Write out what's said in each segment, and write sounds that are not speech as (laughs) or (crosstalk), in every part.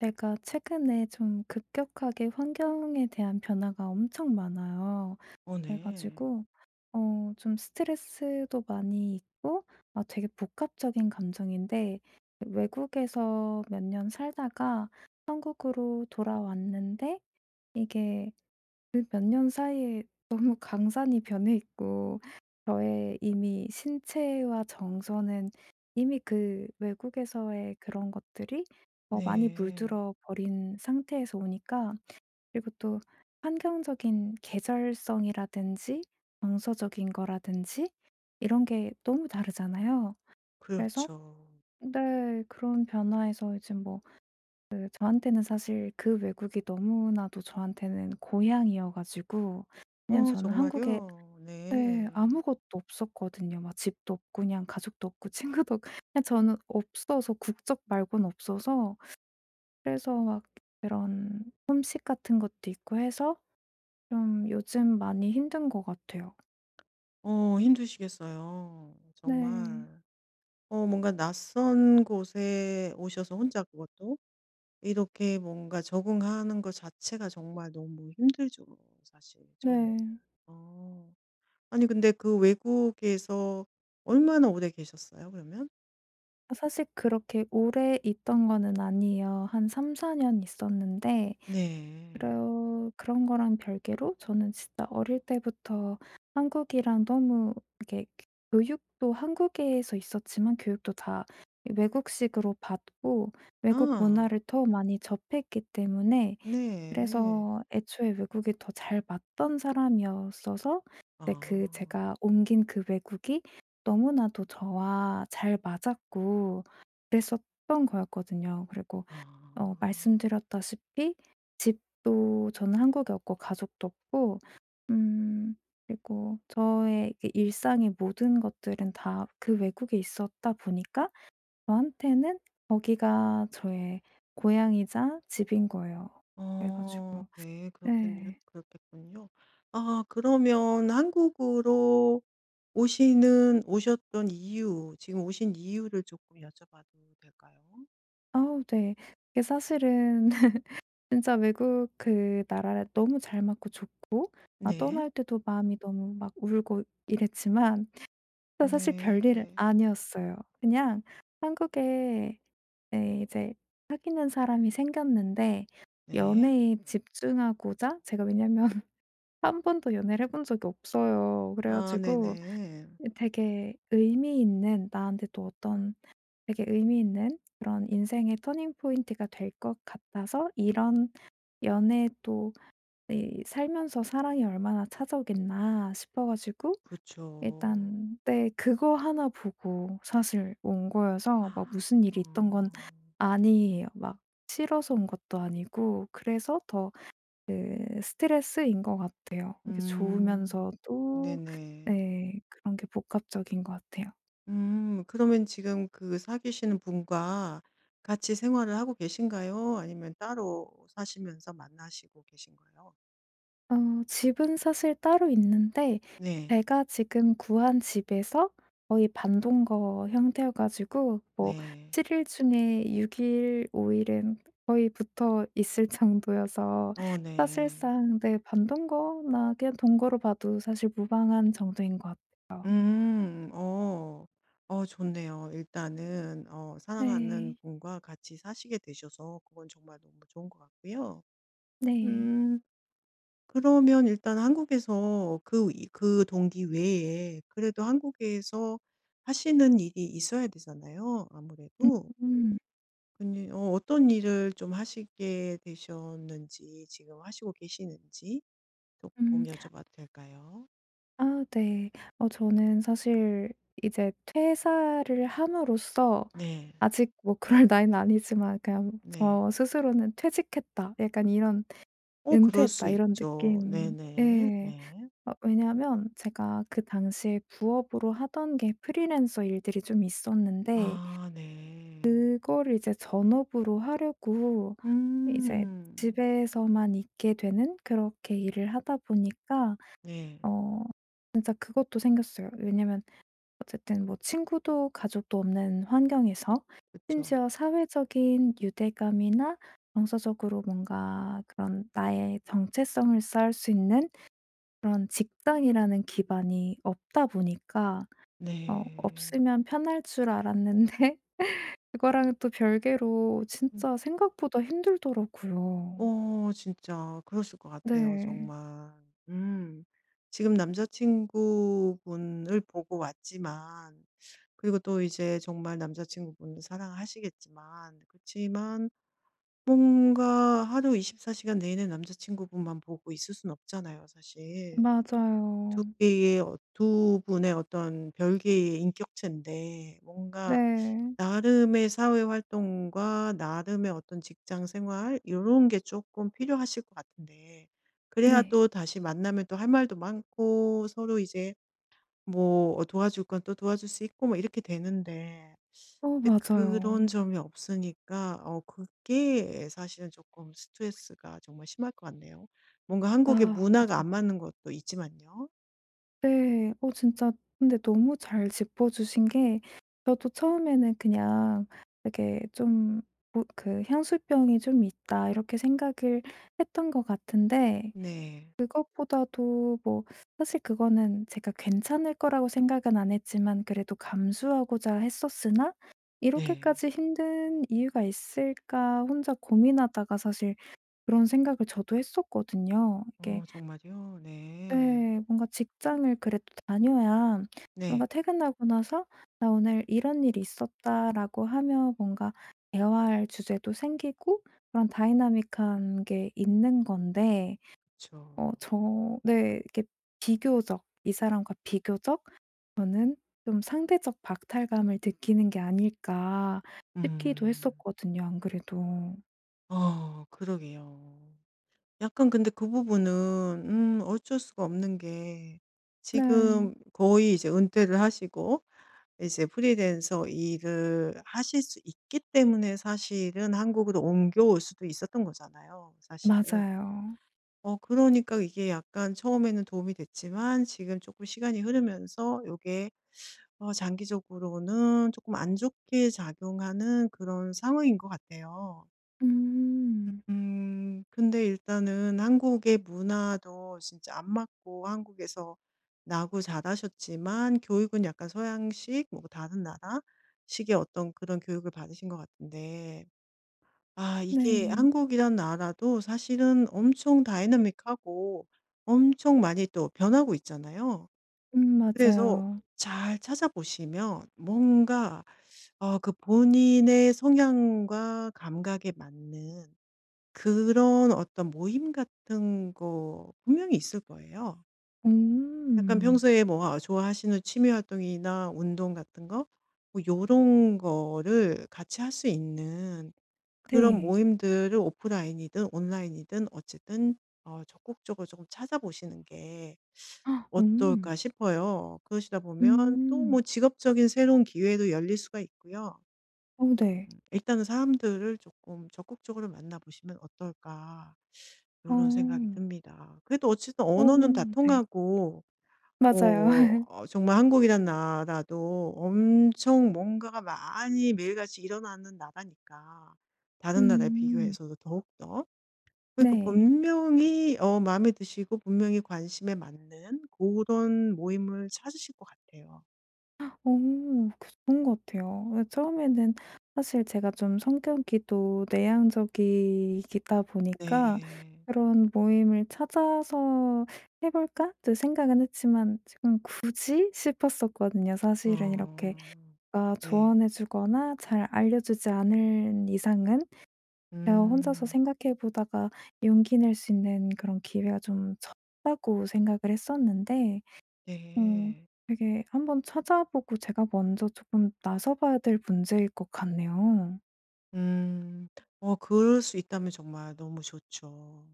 제가 최근에 좀 급격하게 환경에 대한 변화가 엄청 많아요. 어 네. 그래가지고 좀 스트레스도 많이 있고, 아, 되게 복합적인 감정인데, 외국에서 몇 년 살다가 한국으로 돌아왔는데, 이게 그 몇 년 사이에 너무 강산이 변해 있고, 저의 이미 신체와 정서는 이미 그 외국에서의 그런 것들이 많이 네. 물들어 버린 상태에서 오니까. 그리고 또 환경적인 계절성이라든지, 정서적인 거라든지, 이런 게 너무 다르잖아요. 그래서 그렇죠. 네, 그런 변화에서 이제 뭐 그 저한테는 사실 그 외국이 너무나도 저한테는 고향이어 가지고. 왜냐면 어 저는 정말요? 한국에, 네, 네. 아무것도 없었거든요. 막 집도 없고 그냥 가족도 없고 (laughs) 친구도 없 그냥 저는 없어서, 국적 말고는 없어서. 그래서 막 그런 h 식 같은 것도 있고 해서 좀 요즘 많이 힘든 것 같아요. 어 힘드시겠어요. 네. 정말. 어 뭔가 낯선 곳에 오셔서 혼자 그것도 이렇게 뭔가 적응하는 것 자체가 정말 너무 힘들죠 사실 처음에는. 네. 어. 아니 근데 그 외국에서 얼마나 오래 계셨어요 그러면? 사실 그렇게 오래 있던 거는 아니에요. 한 3-4년 있었는데 네. 그러 그런 거랑 별개로 저는 진짜 어릴 때부터 한국이랑 너무 이렇게, 교육도 한국에서 있었지만 교육도 다 외국식으로 받고 외국 아. 문화를 더 많이 접했기 때문에, 네. 그래서 애초에 외국이 더 잘 맞던 사람이었어서. 근데 그 아. 제가 옮긴 그 외국이 너무나도 저와 잘 맞았고 그랬었던 거였거든요. 그리고 아. 말씀드렸다시피 집도 저는 한국에 없고 가족도 없고 음 그리고 저의 그 일상의 모든 것들은 다 그 외국에 있었다 보니까 저한테는 거기가 저의 고향이자 집인 거예요. 그래 어 가지고 네. 그렇겠네요. 네. 그렇겠군요. 아 그러면 한국으로 오시는 오셨던 이유 지금 오신 이유를 조금 여쭤봐도 될까요? 아우 네. 그게 사실은 (laughs) 진짜 외국 그 나라에 너무 잘 맞고 좋고, 아 네. 떠날 때도 마음이 너무 막 울고 이랬지만 저 사실 네. 별일은 아니었어요. 그냥 한국에, 네, 이제 사귀는 사람이 생겼는데, 네. 연애에 집중하고자. 제가 왜냐면 (laughs) 한 번도 연애를 해본 적이 없어요. 그래 아 가지고 네네. 되게 의미 있는, 나한테 또 어떤 되게 의미 있는 그런 인생의 터닝 포인트가 될 것 같아서, 이런 연애 또 이, '살면서 사랑이 얼마나 찾아오겠나.' 싶어 가지고 그쵸. 일단 네 그거 하나 보고 사실 온 거여서, 막 무슨 일이 있던 건 어. 아니에요. 막 싫어서 온 것도 아니고 그래서 더 그 스트레스인 것 같아요. 이게 음. 좋으면서도. 네네. 네, 그런 게 복합적인 것 같아요. 음. 그러면 지금 그 사귀시는 분과 같이 생활을 하고 계신가요? 아니면 따로 사시면서 만나시고 계신가요? 어 집은 사실 따로 있는데 네. 제가 지금 구한 집에서 거의 반동거 형태여 가지고 뭐 네. 7일 일 중에 6일 일, 5일 일은 거의 붙어 있을 정도여서 어 네. 사실상 네 반동거나 그냥 동거로 봐도 사실 무방한 정도인 것 같아요. 음. 어. 어 좋네요. 일단은 어 사랑하는 네. 분과 같이 사시게 되셔서 그건 정말 너무 좋은 것 같고요. 네. 음. 그러면 일단 한국에서 그 이 그 동기 외에 그래도 한국에서 하시는 일이 있어야 되잖아요, 아무래도. 음. 근데 어, 어떤 일을 좀 하시게 되셨는지, 지금 하시고 계시는지 음. 조금 여쭤봐도 될까요? 아 네. 저는 사실 이제 퇴사를 함으로써, 네, 아직 뭐 그럴 (laughs) 나이는 아니지만 그냥 네. 저 스스로는 '퇴직했다.' 약간 이런 어, 그럴 수 '은퇴했다.' 이런 있죠. 느낌, 네네, 예. 네. 왜냐하면 제가 그 당시에 부업으로 하던 게 프리랜서 일들이 좀 있었는데, 아, 네. 그거를 이제 전업으로 하려고 이제 음, 집에서만 있게 되는, 그렇게 일을 하다 보니까 네. 어 진짜 그것도 생겼어요. 왜냐하면 어쨌든 뭐 친구도 가족도 없는 환경에서 그쵸. 심지어 사회적인 유대감이나 정서적으로 뭔가 그런 나의 정체성을 쌓을 수 있는 그런 직장이라는 기반이 없다 보니까 네. 없으면 편할 줄 알았는데 (laughs) 그거랑은 또 별개로 진짜 음. 생각보다 힘들더라고요. 어 진짜 그러실 것 같아요 네. 정말. 음. 지금 남자친구분을 보고 왔지만 그리고 또 이제 정말 남자친구분을 사랑하시겠지만 그렇지만 뭔가 하루 24시간 시간 내내 남자친구분만 보고 있을 순 없잖아요 사실. 맞아요. 두 개의 어 두 분의 어떤 별개의 인격체인데 뭔가 네. 나름의 사회 활동과 나름의 어떤 직장 생활 요런 게 조금 필요하실 것 같은데 그래야 네. 또 다시 만나면 또 할 말도 많고 서로 이제 뭐 어 도와줄 건 또 도와줄 수 있고 뭐 이렇게 되는데 근데 맞아요. 그런 점이 없으니까 어 그게 사실은 조금 스트레스가 정말 심할 것 같네요. 뭔가 아 한국의 문화가 안 맞아요. 맞는 것도 있지만요. 네. 진짜, 근데 너무 잘 짚어 주신 게, 저도 처음에는 그냥 되게 좀 뭐 그 '향수병이 좀 있다.' 이렇게 생각을 했던 것 같은데, 네. 그것보다도 뭐 사실 그거는 제가 괜찮을 거라고 생각은 안 했지만 그래도 감수하고자 했었으나 네. '이렇게까지 힘든 이유가 있을까?' 혼자 고민하다가 사실 그런 생각을 저도 했었거든요. 이게 어 정말요? 네. 네. 뭔가 직장을 그래도 다녀야 뭔가 네. 퇴근하고 나서 "나 오늘 이런 일이 있었다."라고 하며 뭔가 대화할 주제도 생기고 그런 다이나믹한 게 있는 건데 그죠 저 네 이렇게 비교적, 이 사람과 비교적 저는 좀 상대적 박탈감을 느끼는 게 아닐까 싶기도 음. 했었거든요 안 그래도. 어 그러게요. 약간 근데 그 부분은 어쩔 수가 없는 게 네. 지금 거의 이제 은퇴를 하시고 이제 프리랜서 일을 하실 수 있기 때문에 사실은 한국으로 옮겨올 수도 있었던 거잖아요, 사실은. 맞아요. 어 그러니까 이게 약간 처음에는 도움이 됐지만 지금 조금 시간이 흐르면서 요게 어 장기적으로는 조금 안 좋게 작용하는 그런 상황인 것 같아요. 음. 근데 일단은 한국의 문화도 진짜 안 맞고 한국에서 나고 자라셨지만 교육은 약간 서양식 뭐 다른 나라식의 어떤 그런 교육을 받으신 것 같은데 아 이게 네. 한국이란 나라도 사실은 엄청 다이나믹하고 엄청 많이 또 변하고 있잖아요. 음. 그래서 맞아요. 잘 찾아보시면 뭔가 어 그 본인의 성향과 감각에 맞는 그런 어떤 모임 같은 거 분명히 있을 거예요. 약간 음. 평소에 뭐 아 좋아하시는 취미 활동이나 운동 같은 거 뭐 요런 거를 같이 할 수 있는 그런 네. 모임들을 오프라인이든 온라인이든 어쨌든 어 적극적으로 조금 찾아보시는 게 아 어떨까 싶어요. 그러시다 보면 또 음. 뭐 직업적인 새로운 기회도 열릴 수가 있고요. 어 네. 일단은 '사람들을 조금 적극적으로 만나 보시면 어떨까.' 요런 생각이 어. 듭니다. 그래도 어쨌든 어 언어는 다 네. 통하고 맞아요. 뭐 (laughs) 어 어, 정말 한국이란 나라도 엄청 뭔가가 많이 매일같이 일어나는 나라니까 다른 나라에 음. 비교해서도 더욱더. 그러니까 네. 분명히 어 마음에 드시고 분명히 관심에 맞는 그런 모임을 찾으실 것 같아요. 어 그 좋은 것 같아요. 예, 처음에는 사실 제가 좀 성격이 또 내향적이기다 보니까 네. 그런 모임을 '찾아서 해 볼까?' 또 생각은 했지만 지금 '굳이?' (laughs) 싶었었거든요 사실은. 이렇게 어. 누가 네. 조언해 주거나 잘 알려 주지 않은 이상은. 제가 혼자서 음. 생각해 보다가 용기 낼 수 있는 그런 기회가 좀 적다고 생각을 했었는데 어 네. 되게 한번 찾아보고 제가 먼저 조금 나서 봐야 될 문제일 것 같네요. 음. 어 그럴 수 있다면 정말 너무 좋죠.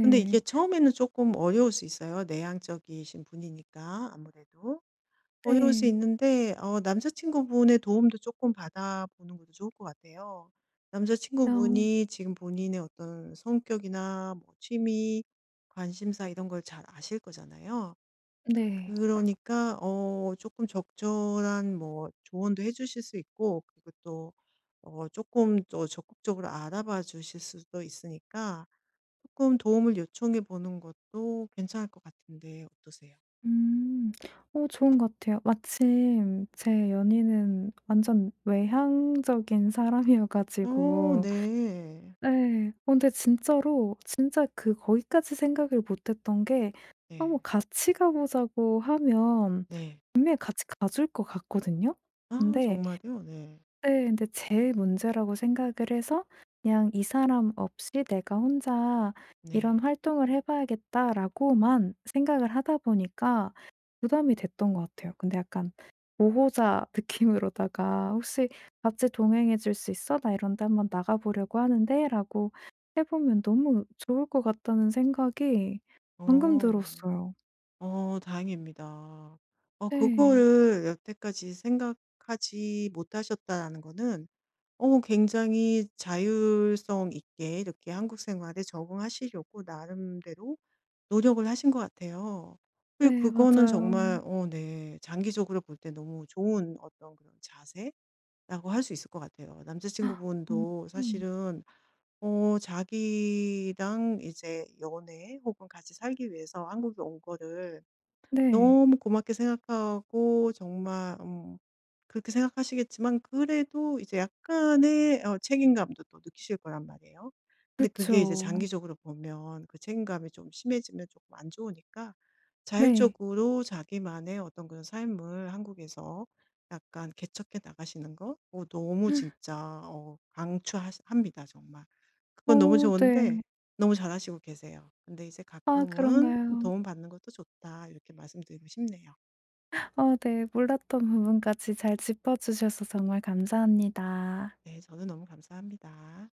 근데 이게 처음에는 조금 어려울 수 있어요. 내향적이신 분이니까 아무래도. 어려울 수 네. 있는데 어 남자 친구분의 도움도 조금 받아 보는 것도 좋을 것 같아요. 남자 어 친구분이 지금 본인의 어떤 성격이나 뭐 취미, 관심사 이런 걸 잘 아실 거잖아요. 네. 그러니까 어금 적절한 뭐 조언도 해 주실 수 있고 그리고 또 어쪼 적극적으로 알아봐 주실 수도 있으니까 조금 도움을 요청해 보는 것도 괜찮을 것 같은데 어떠세요? 음. 좋은 것 같아요. 마침 제 연인은 완전 외향적인 사람이어 어 가지고 네. 네, 근데 진짜로 진짜 그 거기까지 생각을 못 했던 게, 아, 뭐 네. 같이 가 보자고 하면 네. 분명히 같이 가줄 것 같거든요. 아 근데 정말요? 네. 네. 근데 제 문제라고 생각을 해서 그냥 '이 사람 없이 내가 혼자 이런 네. 활동을 해 봐야겠다.'라고만 생각을 하다 보니까 부담이 됐던 것 같아요. 근데 약간 보호자 (laughs) 느낌으로다가 "혹시 같이 동행해 줄 수 있어? 나 이런데 한번 나가 보려고 하는데."라고 해 보면 너무 좋을 것 같다는 생각이 방금 어. 들었어요. 어 다행입니다. 어 네. 그거를 여태까지 생각하지 못하셨다는 거는 어 굉장히 자율성 있게 이렇게 한국 생활에 적응하시려고 나름대로 노력을 하신 것 같아요. 그리고 네 그거는 맞아요. 정말 어 네 장기적으로 볼 때 너무 좋은 어떤 그런 자세라고 할 수 있을 것 같아요. 아, 남자친구분도 음. 사실은 어 자기랑 이제 연애 혹은 같이 살기 위해서 한국에 온 거를 네. 너무 고맙게 생각하고 정말 그렇게 생각하시겠지만 그래도 이제 약간의 어 책임감도 또 느끼실 거란 말이에요. 근데 그게 이제 그쵸. 장기적으로 보면 그 책임감이 좀 심해지면 조금 안 좋으니까 네. 자율적으로 자기만의 어떤 그런 삶을 한국에서 약간 개척해 나가시는 거 어 너무 진짜 강추 합니다 정말. 그건 너무 오 좋은데 네. 너무 잘하시고 계세요. 근데 이제 아 가끔은 그런가요? 도움받는 것도 좋다. 이렇게 말씀드리고 싶네요. 어 네. 몰랐던 부분까지 잘 짚어 주셔서 정말 감사합니다. 네, 저는 너무 감사합니다.